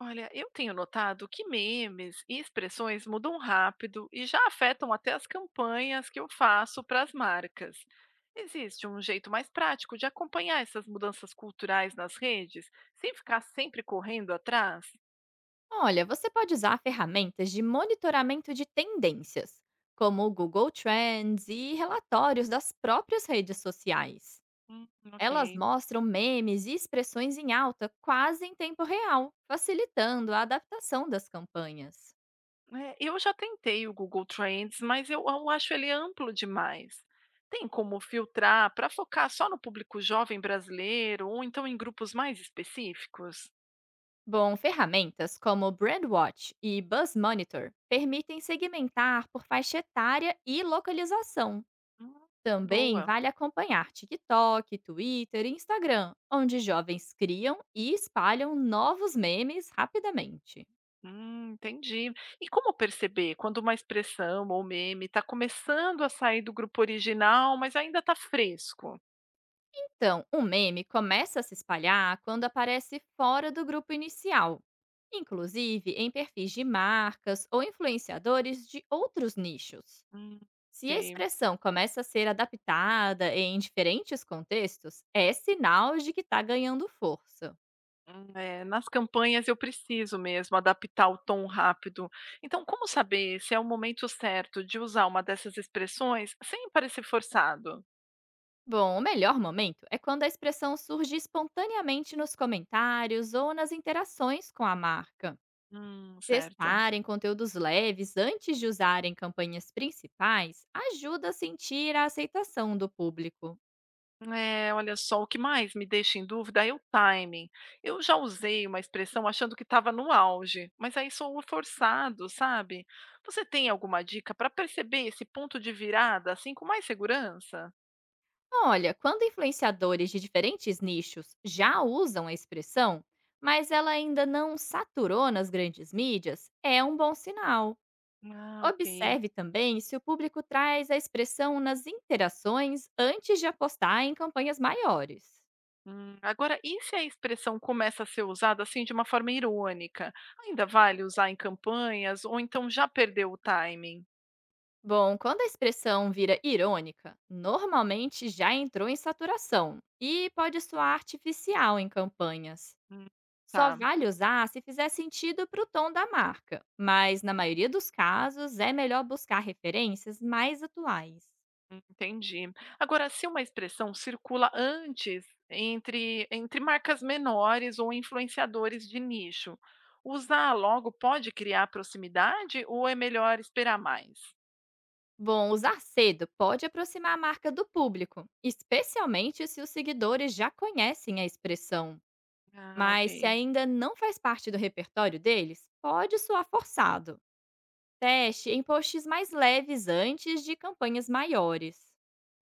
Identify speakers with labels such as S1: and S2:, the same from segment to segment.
S1: Olha, eu tenho notado que memes e expressões mudam rápido e já afetam até as campanhas que eu faço para as marcas. Existe um jeito mais prático de acompanhar essas mudanças culturais nas redes, sem ficar sempre correndo atrás?
S2: Olha, você pode usar ferramentas de monitoramento de tendências, como o Google Trends e relatórios das próprias redes sociais.
S1: Hum,
S2: Elas
S1: ok.
S2: mostram memes e expressões em alta quase em tempo real, facilitando a adaptação das campanhas.
S1: É, eu já tentei o Google Trends, mas eu acho ele amplo demais. Tem como filtrar para focar só no público jovem brasileiro ou então em grupos mais específicos?
S2: Bom, ferramentas como Brandwatch e Buzz Monitor permitem segmentar por faixa etária e localização.
S1: Hum,
S2: Também
S1: boa.
S2: vale acompanhar TikTok, Twitter e Instagram, onde jovens criam e espalham novos memes rapidamente.
S1: Entendi. E como perceber quando uma expressão ou meme está começando a sair do grupo original, mas ainda está fresco?
S2: Então, um meme começa a se espalhar quando aparece fora do grupo inicial, inclusive em perfis de marcas ou influenciadores de outros nichos.
S1: Hum, ok.
S2: Se a expressão começa a ser adaptada em diferentes contextos, é sinal de que está ganhando força.
S1: É, nas campanhas eu preciso mesmo adaptar o tom rápido. Então, como saber se é o momento certo de usar uma dessas expressões sem parecer forçado?
S2: Bom, o melhor momento é quando a expressão surge espontaneamente nos comentários ou nas interações com a marca.
S1: Certo.
S2: Testarem conteúdos leves antes de usarem campanhas principais ajuda a sentir a aceitação do público.
S1: É, olha só, o que mais me deixa em dúvida é o timing. Eu já usei uma expressão achando que estava no auge, mas aí sou um forçado, sabe? Você tem alguma dica para perceber esse ponto de virada assim com mais segurança?
S2: Olha, quando influenciadores de diferentes nichos já usam a expressão, mas ela ainda não saturou nas grandes mídias, é um bom sinal.
S1: Ah, ok.
S2: Observe também se o público traz a expressão nas interações antes de apostar em campanhas maiores.
S1: Agora, e se a expressão começa a ser usada assim de uma forma irônica? Ainda vale usar em campanhas ou então já perdeu o timing?
S2: Bom, quando a expressão vira irônica, normalmente já entrou em saturação e pode soar artificial em campanhas.
S1: Hum,
S2: Só
S1: tá.
S2: vale usar se fizer sentido para o tom da marca, mas na maioria dos casos é melhor buscar referências mais atuais.
S1: Entendi. Agora, se uma expressão circula antes entre marcas menores ou influenciadores de nicho, usar logo pode criar proximidade ou é melhor esperar mais?
S2: Bom, usar cedo pode aproximar a marca do público, especialmente se os seguidores já conhecem a expressão.
S1: Ah, ok.
S2: Mas se ainda não faz parte do repertório deles, pode soar forçado. Teste em posts mais leves antes de campanhas maiores.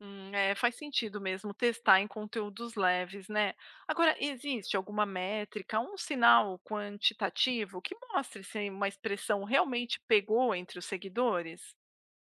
S1: É, faz sentido mesmo testar em conteúdos leves, né? Agora, existe alguma métrica, um sinal quantitativo que mostre se uma expressão realmente pegou entre os seguidores?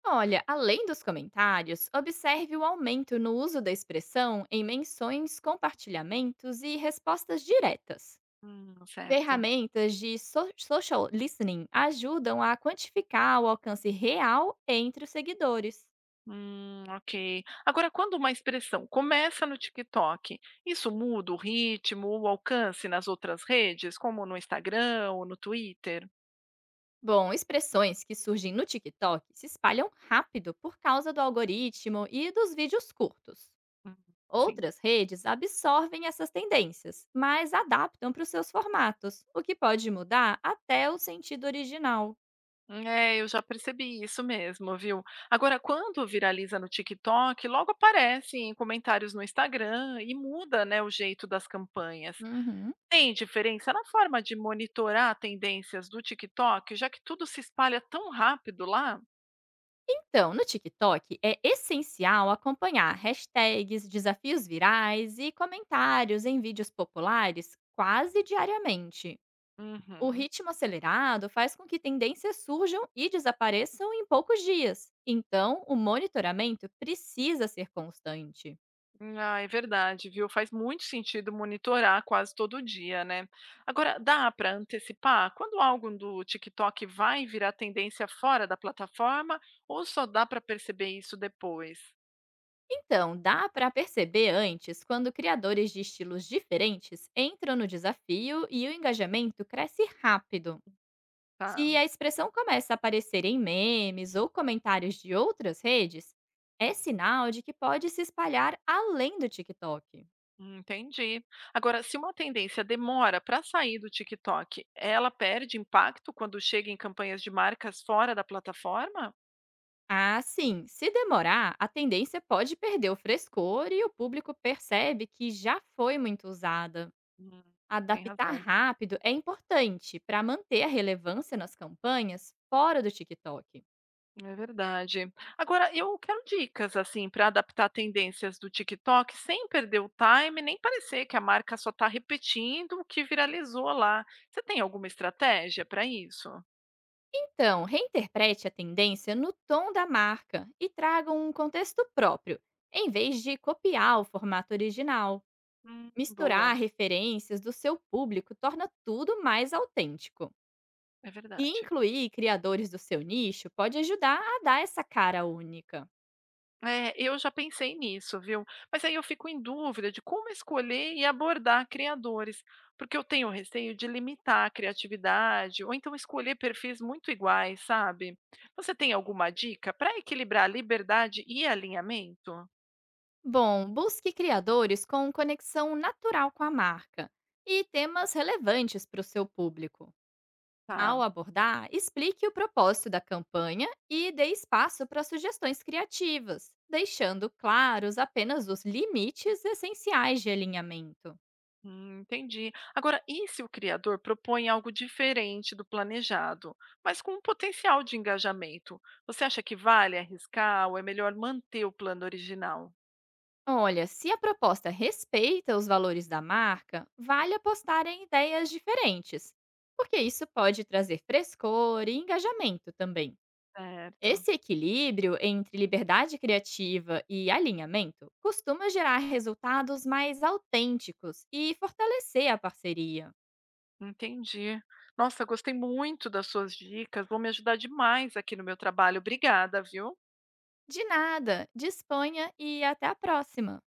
S2: Olha, além dos comentários, observe o aumento no uso da expressão em menções, compartilhamentos e respostas diretas.
S1: Certo.
S2: Ferramentas de social listening ajudam a quantificar o alcance real entre os seguidores.
S1: Ok. Agora, quando uma expressão começa no TikTok, isso muda o ritmo, o alcance nas outras redes, como no Instagram ou no Twitter?
S2: Bom, expressões que surgem no TikTok se espalham rápido por causa do algoritmo e dos vídeos curtos.
S1: Hum, Sim.
S2: Outras redes absorvem essas tendências, mas adaptam para os seus formatos, o que pode mudar até o sentido original.
S1: É, eu já percebi isso mesmo, viu? Agora, quando viraliza no TikTok, logo aparece em comentários no Instagram e muda, né, o jeito das campanhas.
S2: Uhum.
S1: Tem diferença na forma de monitorar tendências do TikTok, já que tudo se espalha tão rápido lá?
S2: Então, no TikTok é essencial acompanhar hashtags, desafios virais e comentários em vídeos populares quase diariamente. O
S1: Uhum.
S2: ritmo acelerado faz com que tendências surjam e desapareçam em poucos dias. Então, o monitoramento precisa ser constante.
S1: Ah, é verdade, viu? Faz muito sentido monitorar quase todo dia, né? Agora, dá para antecipar quando algo do TikTok vai virar tendência fora da plataforma ou só dá para perceber isso depois?
S2: Então, dá para perceber antes quando criadores de estilos diferentes entram no desafio e o engajamento cresce rápido.
S1: Tá,
S2: Se a expressão começa a aparecer em memes ou comentários de outras redes, é sinal de que pode se espalhar além do TikTok.
S1: entendi. Agora, se uma tendência demora para sair do TikTok, ela perde impacto quando chega em campanhas de marcas fora da plataforma?
S2: Ah, sim, se demorar, a tendência pode perder o frescor e o público percebe que já foi muito usada.
S1: Hum, tem
S2: Adaptar
S1: razão.
S2: rápido é importante para manter a relevância nas campanhas fora do TikTok.
S1: É verdade. Agora, eu quero dicas, assim, para adaptar tendências do TikTok sem perder o time, nem parecer que a marca só está repetindo o que viralizou lá. Você tem alguma estratégia para isso?
S2: Então, reinterprete a tendência no tom da marca e traga um contexto próprio, em vez de copiar o formato original. Misturar
S1: Boa,
S2: referências do seu público torna tudo mais autêntico.
S1: é
S2: E
S1: verdade.
S2: incluir criadores do seu nicho pode ajudar a dar essa cara única.
S1: É, eu já pensei nisso, viu? Mas aí eu fico em dúvida de como escolher e abordar criadores, porque eu tenho receio de limitar a criatividade ou então escolher perfis muito iguais, sabe? Você tem alguma dica para equilibrar liberdade e alinhamento?
S2: Bom, busque criadores com conexão natural com a marca e temas relevantes para o seu público.
S1: Tá,
S2: Ao abordar, explique o propósito da campanha e dê espaço para sugestões criativas, deixando claros apenas os limites essenciais de alinhamento.
S1: entendi. Agora, e se o criador propõe algo diferente do planejado, mas com um potencial de engajamento? Você acha que vale arriscar ou é melhor manter o plano original?
S2: Olha, se a proposta respeita os valores da marca, vale apostar em ideias diferentes, porque isso pode trazer frescor e engajamento também.
S1: Certo.
S2: Esse equilíbrio entre liberdade criativa e alinhamento costuma gerar resultados mais autênticos e fortalecer a parceria.
S1: Entendi. Nossa, gostei muito das suas dicas, vão me ajudar demais aqui no meu trabalho. Obrigada, viu?
S2: De nada, disponha e até a próxima!